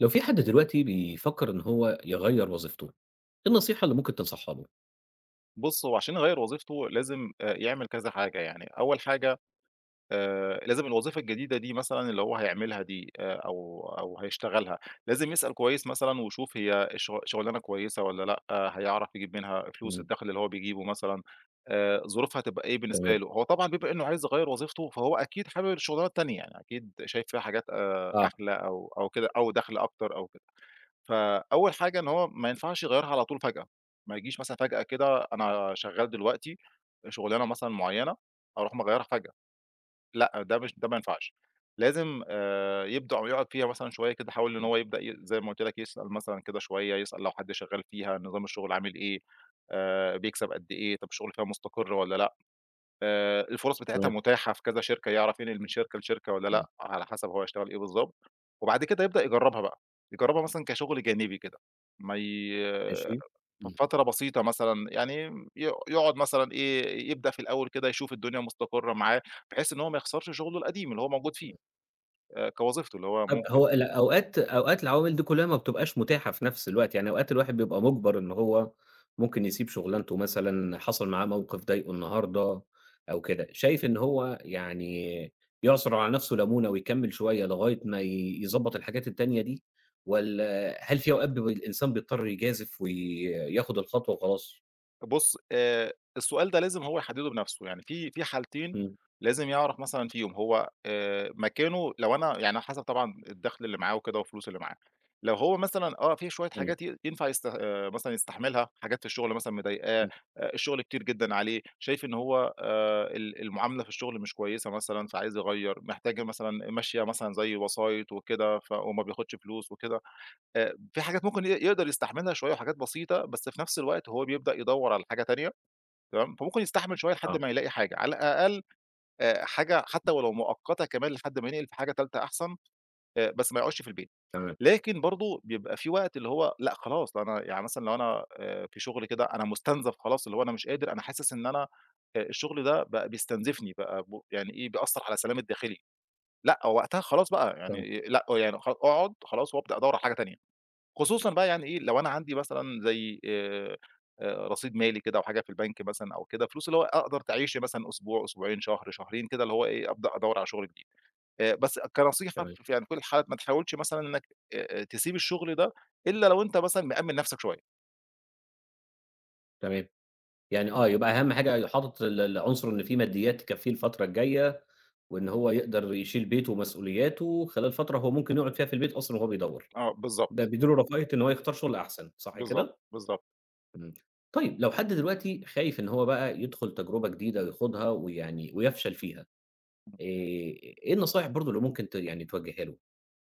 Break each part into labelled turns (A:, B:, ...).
A: لو في حد دلوقتي بيفكر إن هو يغيّر وظيفته، إيه النصيحة اللي ممكن تنصحها له؟
B: بُص، هو عشان يغيّر وظيفته لازم يعمل كذا حاجة، يعني أول حاجة لازم الوظيفة الجديدة دي مثلًا اللي هو هيعملها دي أو هيشتغلها، لازم يسأل كويس مثلًا ويشوف هي شغلانة كويسة والّا لأ، آه، هيعرف يجيب منها فلوس،
A: إمم،
B: الدخل اللي هو بيجيبه مثلًا ظروفها هتبقى إيه
A: تمام،
B: بالنسبة له، هو طبعًا بيبقى إنه عايز يغيّر وظيفته فهو أكيد حابب الشغلانة التانية، يعني أكيد شايف فيها حاجات
A: آه،
B: أحلى أو كده أو دخل أكتر أو كده. فأول حاجة إن هو ما ينفعش يغيّرها على طول فجأة، ما يجيش مثلًا فجأة كده أنا شغّال دلوقتي شُغلانة مثلًا معيّنة، أروح مغيّرها فجأة، لأ ده مش ده ما ينفعش، لازم يبدأ ويقعد فيها مثلًا شوية كده يحاول إن
A: إمم،
B: هو يبدأ زي ما قُلت لك يسأل مثلًا كده شوية، يسأل لو حد شغّال فيها، نظام الشغل عامل إيه، بيكسب قد إيه، طَب الشغل فيها مستقر والّا لأ؟ الفرص بتاعتها
A: تمام،
B: متاحة في كذا شركة، يعرف ينقل من شركة لشركة والّا
A: إمم،
B: لأ، على حسب هو هيشتغل إيه بالضبط، وبعد كده يبدأ يجرّبها بقى، يجرّبها مثلًا كشغل جانبي كده، ما ي
A: ماشي،
B: ف
A: إمم.
B: فترة بسيطة مثلًا، يعني يقعد مثلًا إيه، يبدأ في الأول كده يشوف الدنيا مستقرة معاه، بحيث إن هو ما يخسرش شغله القديم اللي هو موجود فيه، كوظيفته اللي هو
A: طب
B: ممكن
A: هو لأ أوقات العوامل دي كلّها ما بتبقاش متاحة في نفس الوقت، يعني أوقات الواحد بيبقى مُجبر إن هو ممكن يسيب شُغلانته مثلًا، حصل معاه موقف ضايقه النهارده أو كده، شايف إن هو يعني يعصُر على نفسه ليمونة ويكمّل شوية لغاية ما ي يضبّط الحاجات التانية دي والّا هل في أوقات بيبقى الإنسان بيضطر يجازف وياخُد الخطوة وخلاص؟
B: بُص، السؤال ده لازم هو يحدّده بنَفْسه، يعني في حالتين
A: إمم،
B: لازم يعرف مثلًا فيهم هو مكانه لو أنا يعني على حسب طبعًا الدَخْل اللي معاه وكده والفلوس اللي معاه، لو هو مثلًا آه، في شوية
A: إمم،
B: حاجات ينفع يست مثلًا يستحملها، حاجات في الشغل مثلًا مضايقاه،
A: إمم،
B: الشغل كتير جدًا عليه، شايف إن هو ال المعاملة في الشغل مش كويسة مثلًا فعايز يغيّر، محتاج مثلًا ماشية مثلًا زي وسايط وكده وما بياخدش فلوس وكده. في حاجات ممكن يقدر يستحملها شوية وحاجات بسيطة، بس في نفس الوقت هو بيبدأ يدوّر على حاجة تانية تمام، فممكن يستحمل شوية لحد
A: آه،
B: ما يلاقي حاجة، على الأقل حاجة حتى ولو مؤقتة كمان لحد ما ينقل في حاجة تالتة أحسن، بس ما يقعدش في البيت.
A: تمام،
B: لكن برضه بيبقى في وقت اللي هو لأ خلاص، لو أنا يعني مثلًا لو أنا في شغل كده أنا مستنزف خلاص، اللي هو أنا مش قادر، أنا حاسس إن أنا الشغل ده بقى بيستنزفني، بقى يعني إيه، بيأثّر على سلامي الداخلي، لأ وقتها خلاص بقى
A: تمام،
B: يعني لأ يعني أقعد خلاص وابدأ أدوّر على حاجة تانية. خصوصًا بقى يعني إيه، لو أنا عندي مثلًا زي رصيد مالي كده أو حاجة في البنك مثلًا أو كده، فلوس اللي هو أقدر تعيشني مثلًا أسبوع، أسبوعين، شهر، شهرين كده اللي هو إيه، أبدأ أدوّر على شغل جديد. بس كنصيحة
A: تمام،
B: في يعني كل الحالات ما تحاولش مثلًا إنك تسيب الشغل ده إلا لو أنت مثلًا مأمِّن نفسك شوية.
A: تمام، يعني آه،
B: إمم.
A: يبقى أهم حاجة حاطط العنصر إن في ماديات تكفّيه الفترة الجاية، وإن هو يقدر يشيل بيته ومسؤولياته خلال فترة هو ممكن يقعد فيها في البيت أصلًا وهو بيدوّر،
B: آه،
A: ده
B: بالضبط،
A: بيدّي له رفاهية إن هو يختار شغل أحسن، صح
B: بالضبط،
A: كده؟
B: بالضبط.
A: إمم، طيب لو حد دلوقتي خايف إن هو بقى يدخل تجربة جديدة ويخوضها ويعني ويفشل فيها، آآ، إيه النصايح برضه اللي ممكن يعني توجّهها له؟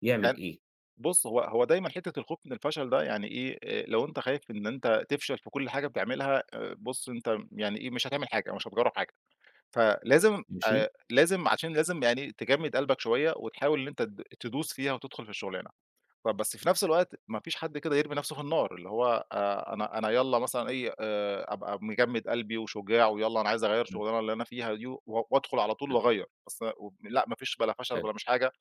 A: يعمل
B: يعني
A: إيه؟
B: بُص، هو هو دايمًا حتة الخوف من الفشل ده يعني إيه، لو أنت خايف إن أنت تفشل في كل حاجة بتعملها، بُص أنت يعني إيه، مش هتعمل حاجة، مش هتجرّب حاجة. فلازم
A: ماشي؟
B: لازم يعني تجمِّد قلبك شوية وتحاول إن أنت تدوس فيها وتدخل في الشغلانة. طب بس في نفس الوقت ما فيش حد كده يرمي نفسه في النار، اللي هو أنا يالّا مثلًا إيه، أبقى مجمِّد قلبي وشجاع ويالّا أنا عايز أغيّر
A: إمم،
B: الشغلانة اللي أنا فيها دي وأدخل على طول
A: حلو،
B: وأغيّر، بس لأ ما فيش بلا فشل
A: حلو،
B: بلا مش حاجة،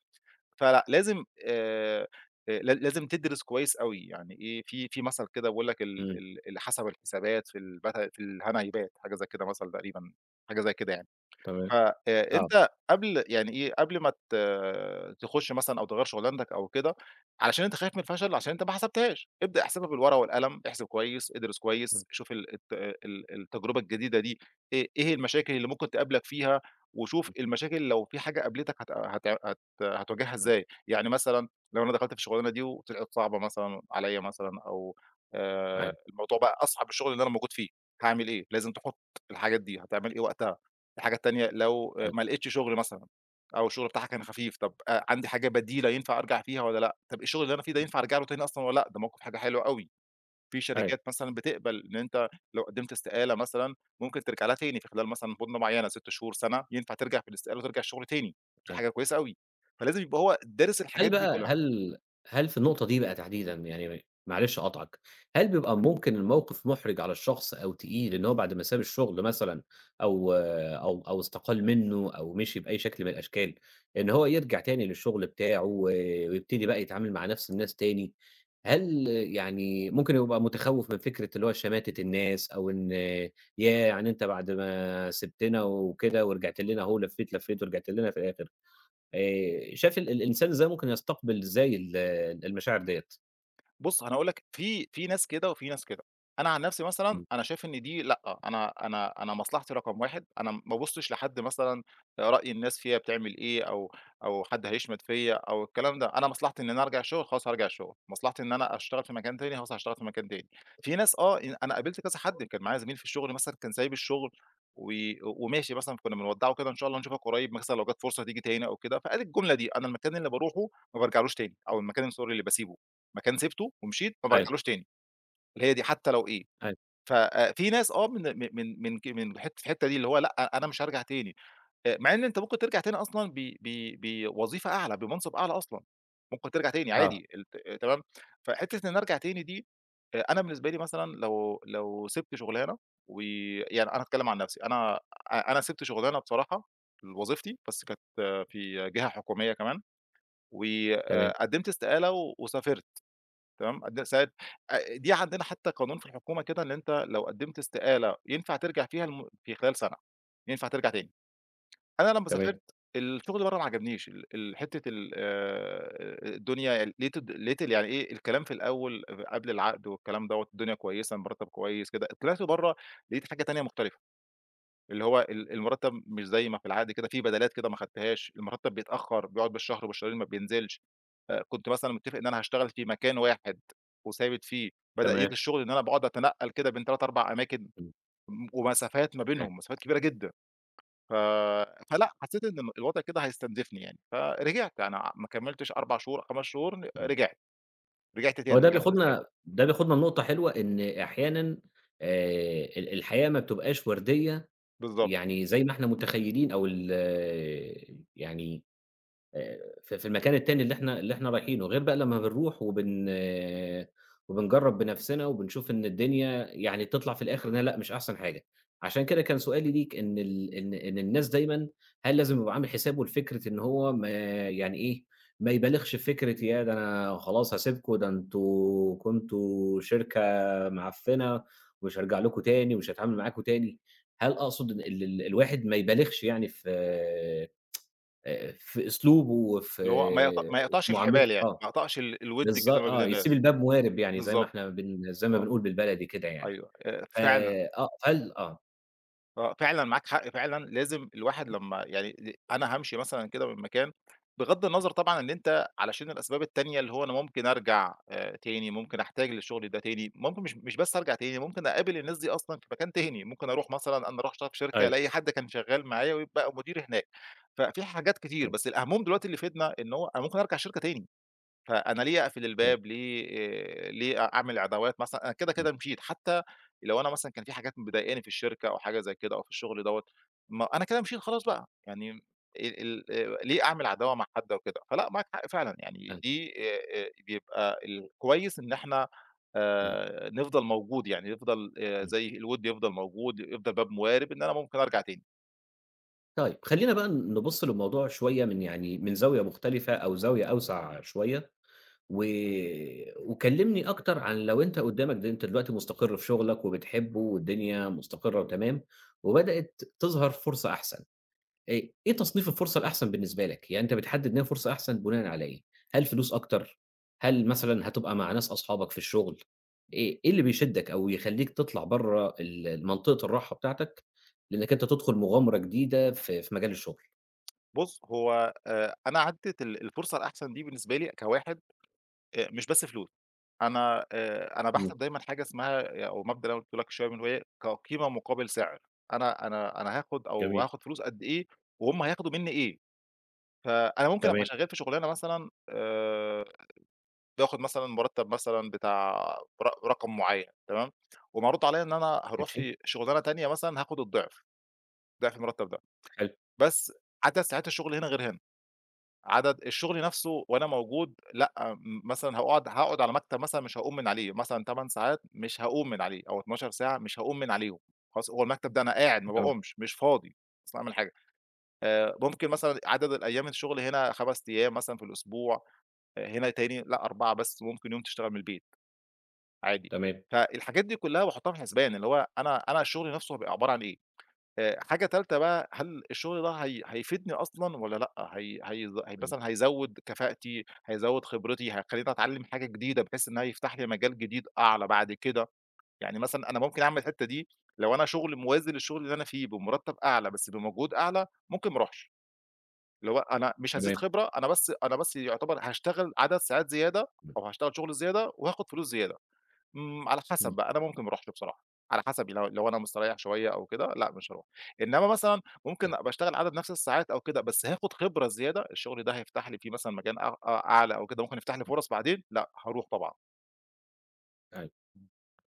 B: فلأ لازم ل لازم تدرس كويس أوي، يعني إيه، في مثل كده بيقول لك ال
A: إمم،
B: ال اللي حسب الحسابات في البت في الهنا يبات، حاجة زي كده مثل تقريبًا، حاجة زي كده يعني.
A: تمام،
B: ف
A: آه،
B: أنت قبل يعني إيه، قبل ما تخش مثلًا أو تغيّر شغلانتك أو كده، علشان أنت خايف من الفشل، عشان أنت ما حسبتهاش، ابدأ احسبها بالورقة والقلم، احسب كويس، ادرس
A: إمم،
B: كويس، شوف ال التجربة الجديدة دي إيه إيه المشاكل اللي ممكن تقابلك فيها، وشوف
A: إمم،
B: المشاكل لو في حاجة قابلتك هت هت هت هتواجهها
A: إمم.
B: إزاي، يعني مثلًا لو أنا دخلت في الشغلانة دي وطلعت صعبة مثلًا عليّا مثلًا أو
A: أيوه،
B: الموضوع بقى أصعب الشغل اللي أنا موجود فيه، هاعمل إيه؟ لازم تحط الحاجات دي، هتعمل إيه وقتها؟ الحاجة التانية لو
A: أيوه،
B: ما لقيتش شغل مثلًا أو الشغل بتاعها كان خفيف، طب عندي حاجة بديلة ينفع أرجع فيها والّا لأ؟ طب الشغل اللي أنا فيه ده ينفع أرجع له تاني أصلًا والّا لأ؟ ده موقف حاجة حلوة أوي، في
A: أيوه،
B: شركات مثلًا بتقبل إن أنت لو قدّمت استقالة مثلًا ممكن ترجع لها تاني في خلال مثلًا مدة معيّنة 6 شهور، سنة، ينفع ترجع في الاستقالة وترجع الشغل تاني، دي
A: أيوه.
B: حاجة كويسة أوي، فلازم يبقى هو دارس
A: هل
B: الحاجات دي
A: بقى
B: كلّها.
A: هل هل في النقطة دي بقى تحديدًا يعني معلش أقاطعك، هل بيبقى ممكن الموقف مُحرِج على الشخص أو تقيل إن هو بعد ما ساب الشغل مثلًا أو استقال منّه أو مشي بأي شكل من الأشكال، إن هو يرجع تاني للشغل بتاعه ويبتدي بقى يتعامل مع نفس الناس تاني، هل يعني ممكن يبقى متخوّف من فكرة اللي هو شماتة الناس أو إن ياه! يعني أنت بعد ما سِبتنا وكده ورجعت لنا أهو لفّيت، لفّيت ورجعت لنا في الآخر؟ شاف الإنسان إزاي ممكن يستقبل إزاي المشاعر ديّة.
B: بُص، أنا هاقول لك في في ناس كده وفي ناس كده. أنا عن نفسي مثلًا
A: إمم.
B: أنا شايف إن دي لأ، أنا مصلحتي رقم 1 أنا ما بابُصّش لحد مثلًا رأي الناس فيّا بتعمل إيه أو حد هيشمت فيّا أو الكلام ده، أنا مصلحتي إن أنا أرجع الشغل خلاص هارجع الشغل، مصلحتي إن أنا أشتغل في مكان تاني خلاص هاشتغل في مكان تاني. في ناس آه، إن أنا قابلت كذا حد كان معايا زميل في الشغل مثلًا كان سايب الشغل و وماشي مثلًا كنا بنودّعه كده إن شاء الله نشوفك قريب مثلًا لو جات فرصة تيجي تاني أو كده، فقال الجملة دي: "أنا المكان اللي باروحه ما بارجعلوش تاني أو المكان sorry اللي باسيبه." مكان سِبته ومشيت ما
A: أيوه،
B: بارجعلوش تاني، اللي هي دي حتى لو إيه،
A: أيوه،
B: ف في ناس آه من الحتّة دي اللي هو لأ، أنا مش هارجع تاني، مع إن أنت ممكن ترجع تاني أصلًا ب ب بوظيفة أعلى، بمنصب أعلى أصلًا، ممكن ترجع تاني
A: آه،
B: عادي آه، تمام، فحتّة إن أنا أرجع تاني دي أنا بالنسبة لي مثلًا لو سِبت شغلانة ويعني أنا هاتكلم عن نفسي، أنا أنا سِبت شغلانة بصراحة وظيفتي، بس كانت آه، في جهة حكومية كمان،
A: تمام،
B: وآآ قدمت استقالة وسافرت. تمام؟ ده ساعات دي عندنا حتى قانون في الحكومة كده إن أنت لو قدّمت استقالة ينفع ترجع فيها في خلال سنة، ينفع ترجع تاني. أنا لمّا
A: تمام،
B: سافرت الشغل برّه ما عجبنيش، ال حتّة ال الدنيا لقيت لقيت يعني إيه، الكلام في الأول قبل العقد والكلام دوّة الدنيا كويسة، المرتّب كويس كده، طلعت برّه لقيت حاجة تانية مختلفة، اللي هو المرتّب مش زي ما في العقد كده، في بدَلات كده ما خدتهاش، المرتّب بيتأخّر، بيقعد بالشهر وبالشهرين ما بينزلش. كنت مثلًا متّفق إن أنا هاشتغل في مكان واحد وثابت فيه، بدأ
A: تمام،
B: ييجي الشغل إن أنا باقعد أتنقّل كده بين 3، 4 أماكن
A: إمم.
B: ومسافات ما
A: أيوه،
B: بينهم، مسافات كبيرة جدًا، ف فلأ، حسّيت إن الوضع كده هيستنزفني يعني، فرجعت أنا ما كمّلتش 4 شهور، 5 شهور
A: إمم.
B: رجعت، رجعت
A: هو
B: تاني، رجعت للناس تاني،
A: ده بياخدنا لنقطة حلوة إن أحيانًا الحياة ما بتبقاش وردية
B: بالضبط،
A: يعني زي ما إحنا متخيلين أو ال يعني آآ ف في المكان التاني اللي إحنا رايحينه، غير بقى لمّا بنروح آه، وبنجرّب بنفسنا وبنشوف إن الدنيا يعني تطلع في الآخر إنها لأ، مش أحسن حاجة. عشان كده كان سؤالي ليك إن ال إن إن الناس دايمًا هل لازم يبقى عامل حسابه لفكرة إن هو ما يعني إيه، ما يبالغش في فكرة يا ده أنا خلاص هاسيبكم، ده أنتم كنتم شركة معفنة ومش هارجع لكم تاني ومش هاتعامل معاكم تاني. هل أقصد إن ال ال الواحد ما يبالغش يعني في في أسلوبه
B: اللي هو ما
A: وفي
B: يقطعش
A: معاملته
B: الحبال يعني،
A: آه،
B: ما يقطعش الوِد كده ما بين
A: آه، يسيب
B: الناس،
A: الباب موارب يعني زي ما
B: بالضبط،
A: إحنا بن زي ما
B: آه،
A: بنقول بالبلدي كده يعني.
B: أيوه، فعلًا.
A: آه، آه.
B: آه، فعلًا معاك حق فعلًا، لازم الواحد لمّا يعني أنا هامشي مثلًا كده من مكان، بغض النظر طبعًا إن أنت علشان الأسباب التانية اللي هو أنا ممكن أرجع تاني، ممكن أحتاج للشغل ده تاني، ممكن مش بس أرجع تاني، ممكن أقابل الناس دي أصلًا في مكان تاني، ممكن أروح مثلًا أنا أروح أشتغل في شركة
A: أيوه،
B: ألاقي حد كان شغال معايا ويبقى مديري هناك، ففي حاجات كتير،
A: أيوه،
B: بس الأهَمُّهم دلوقتي اللي في إيدنا إن هو أنا ممكن أرجع الشركة تاني. فأنا ليه أقفل
A: أيوه،
B: الباب، ليه ليه أعمل عداوات مثلًا، أنا كده،
A: إمم،
B: كده مشيت، حتى لو أنا مثلًا كان في حاجات مضايقاني في الشركة أو حاجة زي كده أو في الشغل دوّة، ما أنا كده مشيت خلاص بقى، يعني ال ال ليه أعمل عداوة مع حد وكده، فلأ معاك حق فعلًا يعني
A: أيوه،
B: دي بيبقى الكويس إن إحنا
A: إمم،
B: نفضل موجود، يعني يفضل
A: إمم.
B: زي الوِد يفضل موجود، يفضل باب موارب إن أنا ممكن أرجع تاني.
A: طيب، خلّينا بقى نبُص للموضوع شوية من يعني من زاوية مختلفة أو زاوية أوسع شوية، و وكلّمني أكتر عن لو أنت قدّامك أنت دلوقتي مستقر في شغلك وبتحبه والدنيا مستقرة وتمام، وبدأت تظهر فرصة أحسن. إيه تصنيف الفرصة الأحسن بالنسبة لك؟ يعني أنت بتحدد إن هي فرصة أحسن بناءً على إيه؟ هل فلوس أكتر؟ هل مثلًا هتبقى مع ناس أصحابك في الشغل؟ إيه اللي بيشدك أو يخلّيك تطلع برّه المنطقة الراحة بتاعتك، لإنك أنت تدخل مغامرة جديدة في مجال الشغل؟
B: بُص، هو أنا عدِّت الفرصة الأحسن دي بالنسبة لي كواحد مش بس فلوس، أنا أنا
A: إمم،
B: باحسب دايمًا حاجة اسمها أو مبدأ اللي أنا قُلته لك شوية من وهي كقيمة مقابل سعر، أنا هاخد أو
A: جميل،
B: هاخد فلوس قد إيه وهُم هياخدوا منّي إيه، فأنا ممكن أبقى
A: تمام،
B: شغال في شغلانة مثلًا باخد مثلًا مرتب مثلًا بتاع رقم معيّن تمام، ومعروض عليَّ إن أنا هاروح
A: ماشي،
B: في شغلانة تانية مثلًا هاخد الضعف، ضعف المرتب ده،
A: حلو،
B: بس عدد ساعات الشغل هنا غير هنا. عدد الشغل نفسه وأنا موجود لأ، مثلًا هاقعد على مكتب مثلًا مش هاقوم من عليه، مثلًا 8 ساعات مش هاقوم من عليه أو 12 ساعة مش هاقوم من عليهم، خلاص هو المكتب ده أنا قاعد ما
A: تمام،
B: باقومش، مش فاضي، مش باعمل حاجة، ممكن مثلًا عدد الأيام الشغل هنا 5 أيام مثلًا في الأسبوع، آه، هنا تاني لأ 4 بس وممكن يوم تشتغل من البيت عادي،
A: تمام،
B: فالحاجات دي كلها باحطها في الحسبان، اللي هو أنا الشغل نفسه هيبقى عبارة عن إيه؟ حاجة تالتة بقى، هل الشغل ده هيفيدني أصلًا والّا لأ؟ هي
A: إمم،
B: مثلًا هيزوّد كفاءتي، هيزوّد خبرتي، هيخلّيني أتعلّم حاجة جديدة بحيث إن هي يفتح لي مجال جديد أعلى بعد كده، يعني مثلًا أنا ممكن أعمل الحتّة دي لو أنا شغل موازي للشغل اللي أنا فيه بمرتّب أعلى بس بمجهود أعلى، ممكن ما أروحش، اللي هو أنا مش هازيد
A: تمام،
B: خبرة، أنا بس يعتبر هاشتغل عدد ساعات زيادة
A: إمم،
B: أو هاشتغل شغل زيادة وهاخد فلوس زيادة. إمم، على حسب
A: إمم،
B: بقى، أنا ممكن ما أروحش بصراحة، على حسب لو أنا مستريّح شوية أو كده، لأ مش هاروح، إنّما مثلًا ممكن أبقى أشتغل عدد نفس الساعات أو كده، بس هاخد خبرة زيادة، الشغل ده هيفتح لي فيه مثلًا مكان أ أ أعلى أو كده، ممكن يفتح لي فرص بعدين، لأ هاروح طبعًا،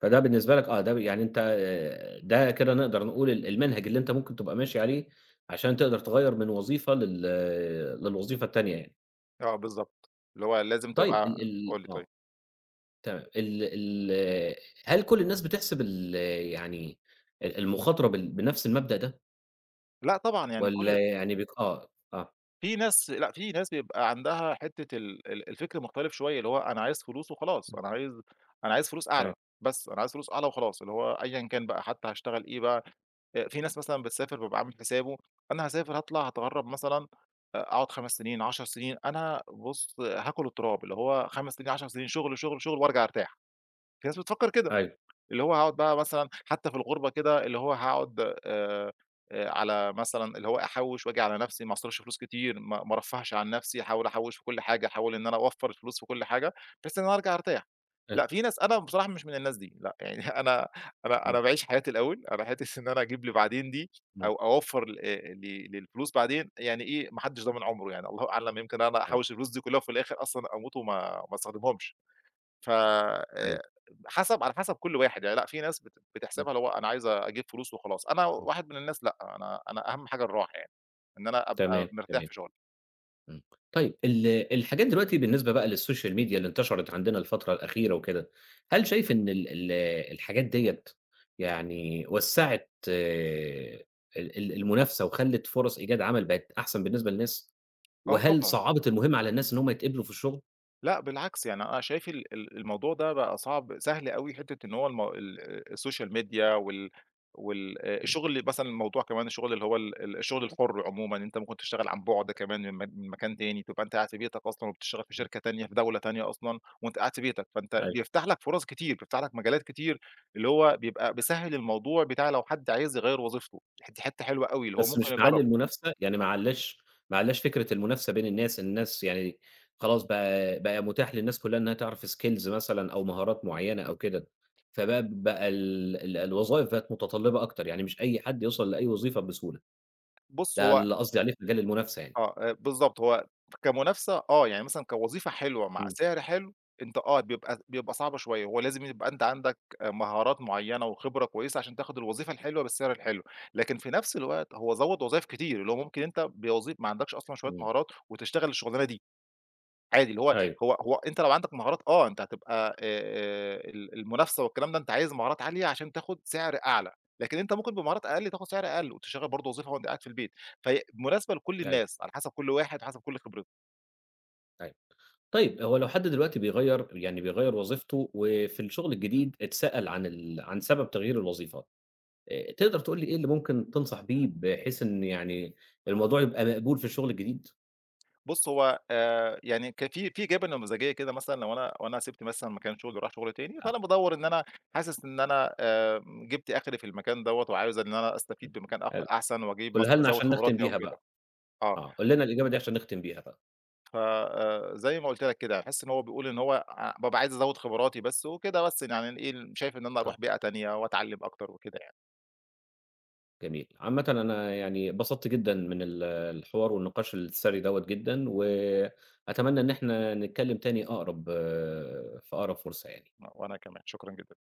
A: فده بالنسبة لك آه، ده يعني أنت ده كده نقدر نقول المنهج اللي أنت ممكن تبقى ماشي عليه عشان تقدر تغيّر من وظيفة للوظيفة التانية يعني.
B: آه بالضبط، اللي هو لازم
A: طيب
B: تبقى.
A: ال ال
B: قُل لي طيب.
A: آه، تمام. ال ال هل كل الناس بتحسب ال يعني ال المخاطرة بنفس المبدأ ده
B: لأ طبعًا يعني كل
A: والّا يعني بيك آه، آه.
B: في ناس، لأ، في ناس بيبقى عندها حتّة ال الفكر مختلف شوية، اللي هو أنا عايز فلوس وخلاص،
A: إمم،
B: أنا عايز فلوس أعلى،
A: أيوه،
B: بس أنا عايز فلوس أعلى وخلاص، اللي هو أيًا كان بقى حتى هاشتغل إيه بقى، في ناس مثلًا بتسافر بيبقى عامل حسابه أنا هاسافر هاطلع هاتغرّب مثلًا أقعد 5 سنين، 10 سنين، أنا بُص آه، هاكل التراب، اللي هو 5 سنين، 10 سنين شغل، شغل، شغل وارجع ارتاح، في ناس بتفكّر كده.
A: أيوه،
B: اللي هو هاقعد بقى مثلًا حتى في الغُربة كده، اللي هو هاقعد على مثلًا اللي هو أحوّش وآجي على نَفْسي، ما أصرفش فلوس كتير، ما أرفّهش عن نَفْسي، أحاول أحوّش في كل حاجة، أحاول إن أنا أوفّر الفلوس في كل حاجة، بحيث إن أنا أرجع أرتاح.
A: أيوه،
B: لأ، في ناس أنا بصراحة مش من الناس دي، لأ، يعني أنا أنا
A: إمم،
B: أنا باعيش حياتي الأول، أنا حتّة إن أنا أجيب لي بعدين دي
A: إمم،
B: أو أوفّر ل ل للفلوس بعدين، يعني إيه، ما حدّش ضامن عُمره يعني، الله أعلم يمكن أنا
A: أيوه،
B: أحوّش الفلوس دي كلّها وفي الآخر أصلًا أموت وما ما استخدمهمش. ف
A: أيوه،
B: حسب على حسب كل واحد، يعني لأ في ناس
A: إمم،
B: بتحسبها اللي هو أنا عايزة أجيب فلوس وخلاص، أنا
A: إمم،
B: واحد من الناس لأ، أنا أهم حاجة الراحة يعني، إن أنا
A: تمام،
B: أبقى مرتاح
A: تمام.
B: في شغلي.
A: إمم. طيب الحاجات دلوقتي بالنسبة بقى للسوشيال ميديا اللي انتشرت عندنا الفترة الأخيرة وكده، هل شايف إن ال ال الحاجات ديّة يعني وسّعت آه، ال ال المنافسة وخلّت فرص إيجاد عمل بقت أحسن بالنسبة للناس؟
B: آه
A: وهل
B: طبعًا.
A: صعّبت المهمة على الناس إن هم يتقبلوا في الشغل؟
B: لأ بالعكس، يعني أنا شايف ال الموضوع ده بقى صعب سهل أوي حتّة إن هو الم ال السوشيال ميديا وال وال الشغل مثلًا الموضوع كمان الشغل اللي هو ال الشغل الحُر عمومًا، أنت ممكن تشتغل عن بُعد كمان من مكان تاني، تبقى أنت قاعد في بيتك أصلًا وبتشتغل في شركة تانية في دولة تانية أصلًا وأنت قاعد في بيتك، فأنت
A: أيوه.
B: بيفتح لك فرص كتير، بيفتح لك مجالات كتير، اللي هو بيبقى بيسهّل الموضوع بتاع لو حد عايز يغيّر وظيفته، دي حتّة حلوة أوي اللي هو
A: بس مش
B: ممكن
A: معلّي
B: يجرّب.
A: المنافسة، يعني ما علاش فكرة المنافسة بين الناس، الناس يعني خلاص بقى متاح للناس كلّها إنها تعرف skills مثلًا أو مهارات معيّنة أو كده، فبقى بقى ال ال الوظايف بقت متطلّبة أكتر، يعني مش أي حد يوصل لأي وظيفة بسهولة،
B: بُص،
A: ده
B: هو
A: اللي قصدي عليه في مجال المنافسة يعني.
B: آه، بالضبط، هو كمنافسة آه، يعني مثلًا كوظيفة حلوة مع
A: إمم،
B: سعر حلو، أنت آه، بيبقى صعبة شوية، هو لازم يبقى أنت عندك مهارات معيّنة وخبرة كويسة عشان تاخد الوظيفة الحلوة بالسعر الحلو، لكن في نفس الوقت هو زوّد وظايف كتير، اللي هو ممكن أنت بوظي ما عندكش أصلًا شوية
A: إمم،
B: مهارات وتشتغل الشغلانة دي. عادي اللي هو
A: أيوه،
B: هو أنت لو عندك مهارات آه، أنت هتبقى ال المنافسة والكلام ده أنت عايز مهارات عالية عشان تاخد سعر أعلى، لكن أنت ممكن بمهارات أقل تاخد سعر أقل وتشتغل برضه وظيفة وأنت قاعد في البيت، فهي مناسبة لكل
A: أيوه،
B: الناس على حسب كل واحد وحسب كل خبرته.
A: أيوه. طيب هو لو حد دلوقتي بيغيّر وظيفته وفي الشغل الجديد اتسأل عن سبب تغيير الوظيفة، تقدر تقول لي إيه اللي ممكن تنصح بيه بحيث إن يعني الموضوع يبقى مقبول في الشغل الجديد؟
B: بُص هو يعني كان في جانب نموذجية كده مثلًا لو أنا سِبت مثلًا مكان شغلي ورايح شغل تاني،
A: آه،
B: فأنا بادوّر إن أنا حاسس إن أنا جِبت آخري في المكان دوّة وعاوز إن أنا
A: حلو،
B: أستفيد بمكان
A: حلو.
B: أحسن وأجيب
A: قُلها
B: مثلًا
A: لنا
B: أزوّد
A: عشان نختم
B: خبراتي أو
A: بيها
B: كده،
A: بقى،
B: آه.
A: آه، قُل لنا الإجابة دي عشان نختم بيها بقى.
B: ف زي ما قُلت لك كده، أحس إن هو بيقول إن هو بابقى عايز أزوّد خبراتي بس وكده بس يعني إيه، شايف إن أنا
A: آه،
B: أروح بيئة تانية وأتعلّم أكتر وكده يعني،
A: جميل. عامةً أنا يعني اتبسطت جدًا من الحوار والنقاش السَرِي دوّة جدًا، وأتمنى إن إحنا نتكلم تاني أقرب آه، في أقرب فرصة يعني.
B: وأنا كمان شكرًا جدًا.